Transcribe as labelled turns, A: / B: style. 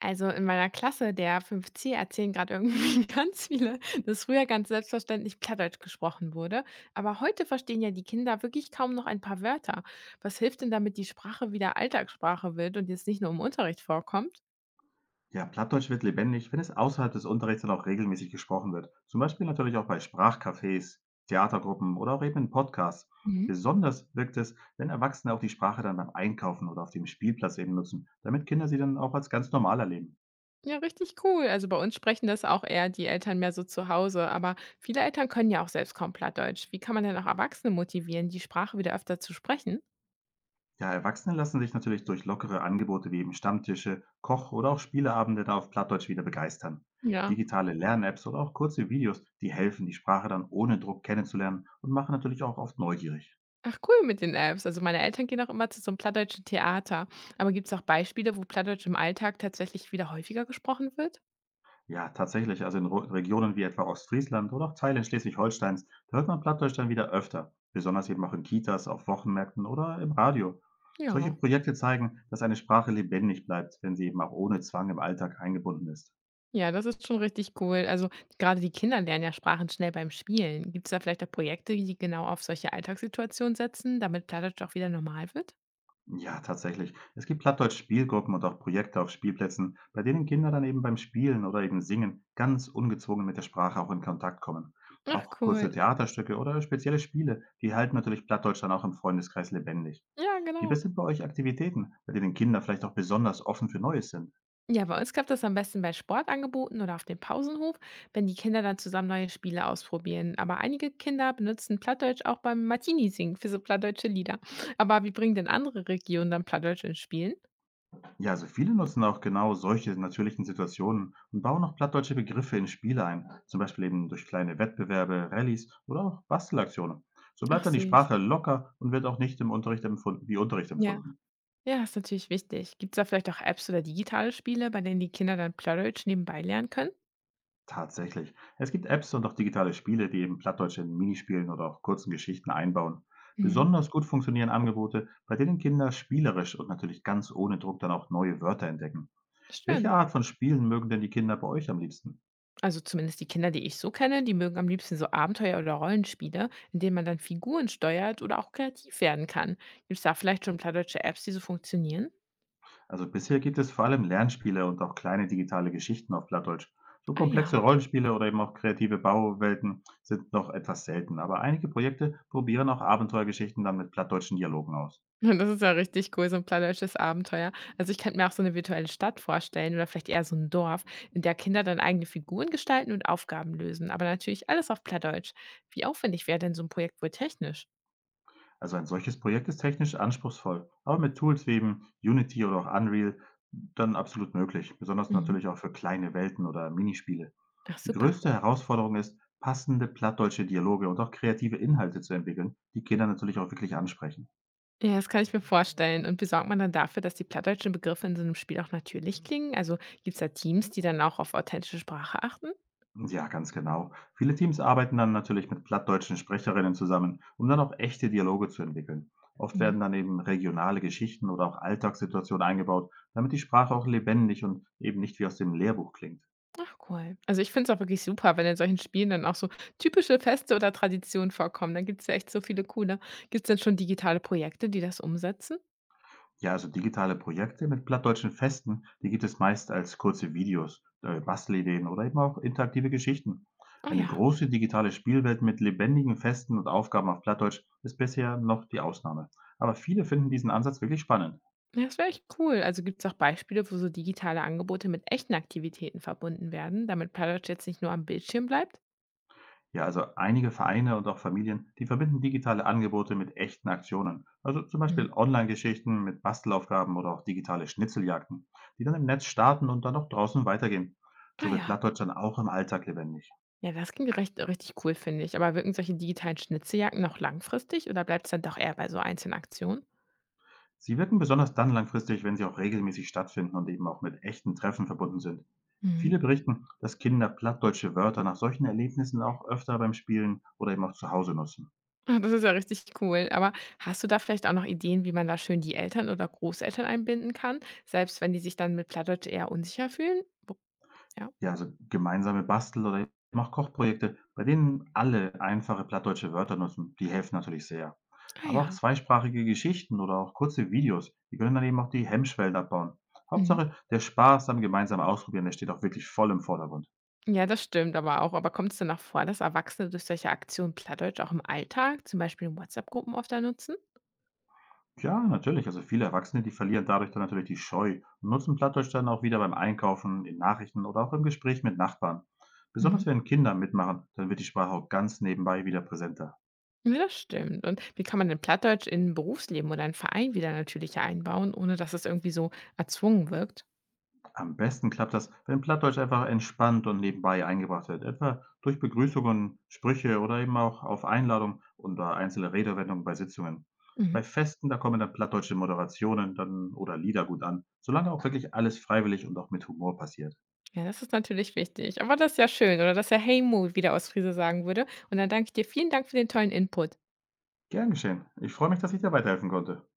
A: Also in meiner Klasse der fünf c erzählen gerade irgendwie ganz viele, dass früher ganz selbstverständlich Plattdeutsch gesprochen wurde. Aber heute verstehen ja die Kinder wirklich kaum noch ein paar Wörter. Was hilft denn, damit die Sprache wieder Alltagssprache wird und jetzt nicht nur im Unterricht vorkommt?
B: Ja, Plattdeutsch wird lebendig, wenn es außerhalb des Unterrichts dann auch regelmäßig gesprochen wird. Zum Beispiel natürlich auch bei Sprachcafés, Theatergruppen oder auch eben in Podcasts.
A: Mhm.
B: Besonders wirkt es, wenn Erwachsene auch die Sprache dann beim Einkaufen oder auf dem Spielplatz eben nutzen, damit Kinder sie dann auch als ganz normal erleben.
A: Ja, richtig cool. Also bei uns sprechen das auch eher die Eltern mehr so zu Hause. Aber viele Eltern können ja auch selbst kaum Plattdeutsch. Wie kann man denn auch Erwachsene motivieren, die Sprache wieder öfter zu sprechen?
B: Ja, Erwachsene lassen sich natürlich durch lockere Angebote wie eben Stammtische, Koch- oder auch Spieleabende da auf Plattdeutsch wieder begeistern.
A: Ja.
B: Digitale Lern-Apps oder auch kurze Videos, die helfen, die Sprache dann ohne Druck kennenzulernen und machen natürlich auch oft neugierig.
A: Ach cool mit den Apps. Also, meine Eltern gehen auch immer zu so einem plattdeutschen Theater. Aber gibt es auch Beispiele, wo Plattdeutsch im Alltag tatsächlich wieder häufiger gesprochen wird?
B: Ja, tatsächlich. Also in Ru Regionen wie etwa Ostfriesland oder auch Teilen Schleswig-Holsteins, da hört man Plattdeutsch dann wieder öfter. Besonders eben auch in Kitas, auf Wochenmärkten oder im Radio. Solche
A: Ja.
B: Projekte zeigen, dass eine Sprache lebendig bleibt, wenn sie eben auch ohne Zwang im Alltag eingebunden ist.
A: Ja, das ist schon richtig cool. Also, gerade die Kinder lernen ja Sprachen schnell beim Spielen. Gibt es da vielleicht auch Projekte, die genau auf solche Alltagssituationen setzen, damit Plattdeutsch auch wieder normal wird?
B: Ja, tatsächlich. Es gibt Plattdeutsch-Spielgruppen und auch Projekte auf Spielplätzen, bei denen Kinder dann eben beim Spielen oder eben Singen ganz ungezwungen mit der Sprache auch in Kontakt kommen.
A: Ach
B: Auch
A: cool.
B: kurze Theaterstücke oder spezielle Spiele, die halten natürlich Plattdeutsch dann auch im Freundeskreis lebendig.
A: Ja,
B: Gibt
A: genau.
B: es denn bei euch Aktivitäten, bei denen Kinder vielleicht auch besonders offen für Neues sind?
A: Ja, bei uns klappt das am besten bei Sportangeboten oder auf dem Pausenhof, wenn die Kinder dann zusammen neue Spiele ausprobieren. Aber einige Kinder benutzen Plattdeutsch auch beim Martini-Singen für so plattdeutsche Lieder. Aber wie bringen denn andere Regionen dann Plattdeutsch ins Spielen?
B: Ja, also viele nutzen auch genau solche natürlichen Situationen und bauen auch plattdeutsche Begriffe in Spiele ein, zum Beispiel eben durch kleine Wettbewerbe, Rallyes oder auch Bastelaktionen. So
A: Ach
B: bleibt dann die
A: süß.
B: Sprache locker und wird auch nicht im Unterricht empfunden, wie Unterricht
A: Ja,
B: empfunden.
A: ja, ist natürlich wichtig. Gibt es da vielleicht auch Apps oder digitale Spiele, bei denen die Kinder dann Plattdeutsch nebenbei lernen können?
B: Tatsächlich. Es gibt Apps und auch digitale Spiele, die eben Plattdeutsche in Minispielen oder auch kurzen Geschichten einbauen.
A: Mhm.
B: Besonders gut funktionieren Angebote, bei denen Kinder spielerisch und natürlich ganz ohne Druck dann auch neue Wörter entdecken. Welche
A: Stimmt.
B: Art von Spielen mögen denn die Kinder bei euch am liebsten?
A: Also zumindest die Kinder, die ich so kenne, die mögen am liebsten so Abenteuer oder Rollenspiele, in denen man dann Figuren steuert oder auch kreativ werden kann. Gibt es da vielleicht schon plattdeutsche Apps, die so funktionieren?
B: Also bisher gibt es vor allem Lernspiele und auch kleine digitale Geschichten auf Plattdeutsch. So
A: Ah ja.
B: komplexe Rollenspiele oder eben auch kreative Bauwelten sind noch etwas selten, aber einige Projekte probieren auch Abenteuergeschichten dann mit plattdeutschen Dialogen aus.
A: Das ist ja richtig cool, so ein plattdeutsches Abenteuer. Also ich könnte mir auch so eine virtuelle Stadt vorstellen oder vielleicht eher so ein Dorf, in der Kinder dann eigene Figuren gestalten und Aufgaben lösen. Aber natürlich alles auf Plattdeutsch. Wie aufwendig wäre denn so ein Projekt wohl technisch?
B: Also ein solches Projekt ist technisch anspruchsvoll, aber mit Tools wie eben Unity oder auch Unreal dann absolut möglich, besonders
A: Mhm.
B: natürlich auch für kleine Welten oder Minispiele.
A: Ach
B: Die
A: super.
B: größte Herausforderung ist, passende plattdeutsche Dialoge und auch kreative Inhalte zu entwickeln, die Kinder natürlich auch wirklich ansprechen.
A: Ja, das kann ich mir vorstellen. Und wie sorgt man dann dafür, dass die plattdeutschen Begriffe in so einem Spiel auch natürlich klingen? Also, gibt's da Teams, die dann auch auf authentische Sprache achten?
B: Ja, ganz genau. Viele Teams arbeiten dann natürlich mit plattdeutschen Sprecherinnen zusammen, um dann auch echte Dialoge zu entwickeln. Oft
A: Mhm.
B: werden dann eben regionale Geschichten oder auch Alltagssituationen eingebaut, damit die Sprache auch lebendig und eben nicht wie aus dem Lehrbuch klingt.
A: Ach cool. Also, ich finde es auch wirklich super, wenn in solchen Spielen dann auch so typische Feste oder Traditionen vorkommen. Dann gibt's ja echt so viele coole. Gibt's denn schon digitale Projekte, die das umsetzen?
B: Ja, also digitale Projekte mit plattdeutschen Festen, die gibt es meist als kurze Videos, Bastelideen oder eben auch interaktive Geschichten.
A: Ah
B: Eine
A: ja.
B: große digitale Spielwelt mit lebendigen Festen und Aufgaben auf Plattdeutsch ist bisher noch die Ausnahme. Aber viele finden diesen Ansatz wirklich spannend.
A: Ja, das wäre echt cool. Also, gibt's auch Beispiele, wo so digitale Angebote mit echten Aktivitäten verbunden werden, damit Plattdeutsch jetzt nicht nur am Bildschirm bleibt?
B: Ja, also einige Vereine und auch Familien, die verbinden digitale Angebote mit echten Aktionen. Also zum Beispiel
A: Mhm.
B: Online-Geschichten mit Bastelaufgaben oder auch digitale Schnitzeljagden, die dann im Netz starten und dann auch draußen weitergehen.
A: Ah
B: So wird
A: ja.
B: Plattdeutsch dann auch im Alltag lebendig.
A: Ja, das klingt recht richtig cool, finde ich. Aber wirken solche digitalen Schnitzeljagden noch langfristig oder bleibt es dann doch eher bei so einzelnen Aktionen?
B: Sie wirken besonders dann langfristig, wenn sie auch regelmäßig stattfinden und eben auch mit echten Treffen verbunden sind.
A: Mhm.
B: Viele berichten, dass Kinder plattdeutsche Wörter nach solchen Erlebnissen auch öfter beim Spielen oder eben auch zu Hause nutzen.
A: Ah, das ist ja richtig cool. Aber hast du da vielleicht auch noch Ideen, wie man da schön die Eltern oder Großeltern einbinden kann, selbst wenn die sich dann mit Plattdeutsch eher unsicher fühlen? Wo ja.
B: Ja, also gemeinsame Bastel- oder eben auch Kochprojekte, bei denen alle einfache plattdeutsche Wörter nutzen, die helfen natürlich sehr.
A: Ah
B: Aber auch
A: ja.
B: zweisprachige Geschichten oder auch kurze Videos, die können dann eben auch die Hemmschwellen abbauen.
A: Mhm.
B: Hauptsache, der Spaß am gemeinsamen Ausprobieren, der steht auch wirklich voll im Vordergrund.
A: Ja, das stimmt aber auch. Aber kommt es denn auch vor, dass Erwachsene durch solche Aktionen Plattdeutsch auch im Alltag, zum Beispiel in WhatsApp-Gruppen, oft da nutzen?
B: Ja, natürlich. Also viele Erwachsene, die verlieren dadurch dann natürlich die Scheu und nutzen Plattdeutsch dann auch wieder beim Einkaufen, in Nachrichten oder auch im Gespräch mit Nachbarn.
A: Mhm.
B: Besonders wenn Kinder mitmachen, dann wird die Sprache auch ganz nebenbei wieder präsenter.
A: Ja, das stimmt. Und wie kann man denn Plattdeutsch in Berufsleben oder in Verein wieder natürlicher einbauen, ohne dass es irgendwie so erzwungen wirkt?
B: Am besten klappt das, wenn Plattdeutsch einfach entspannt und nebenbei eingebracht wird, etwa durch Begrüßungen, Sprüche oder eben auch auf Einladung oder einzelne Redewendungen bei Sitzungen.
A: Mhm.
B: Bei Festen, da kommen dann plattdeutsche Moderationen dann oder Lieder gut an, solange auch wirklich alles freiwillig und auch mit Humor passiert.
A: Ja, das ist natürlich wichtig. Aber das ist ja schön, oder dass er Hey Mut wieder aus Friese sagen würde. Und dann danke ich dir. Vielen Dank für den tollen Input.
B: Gern geschehen. Ich freue mich, dass ich dir weiterhelfen konnte.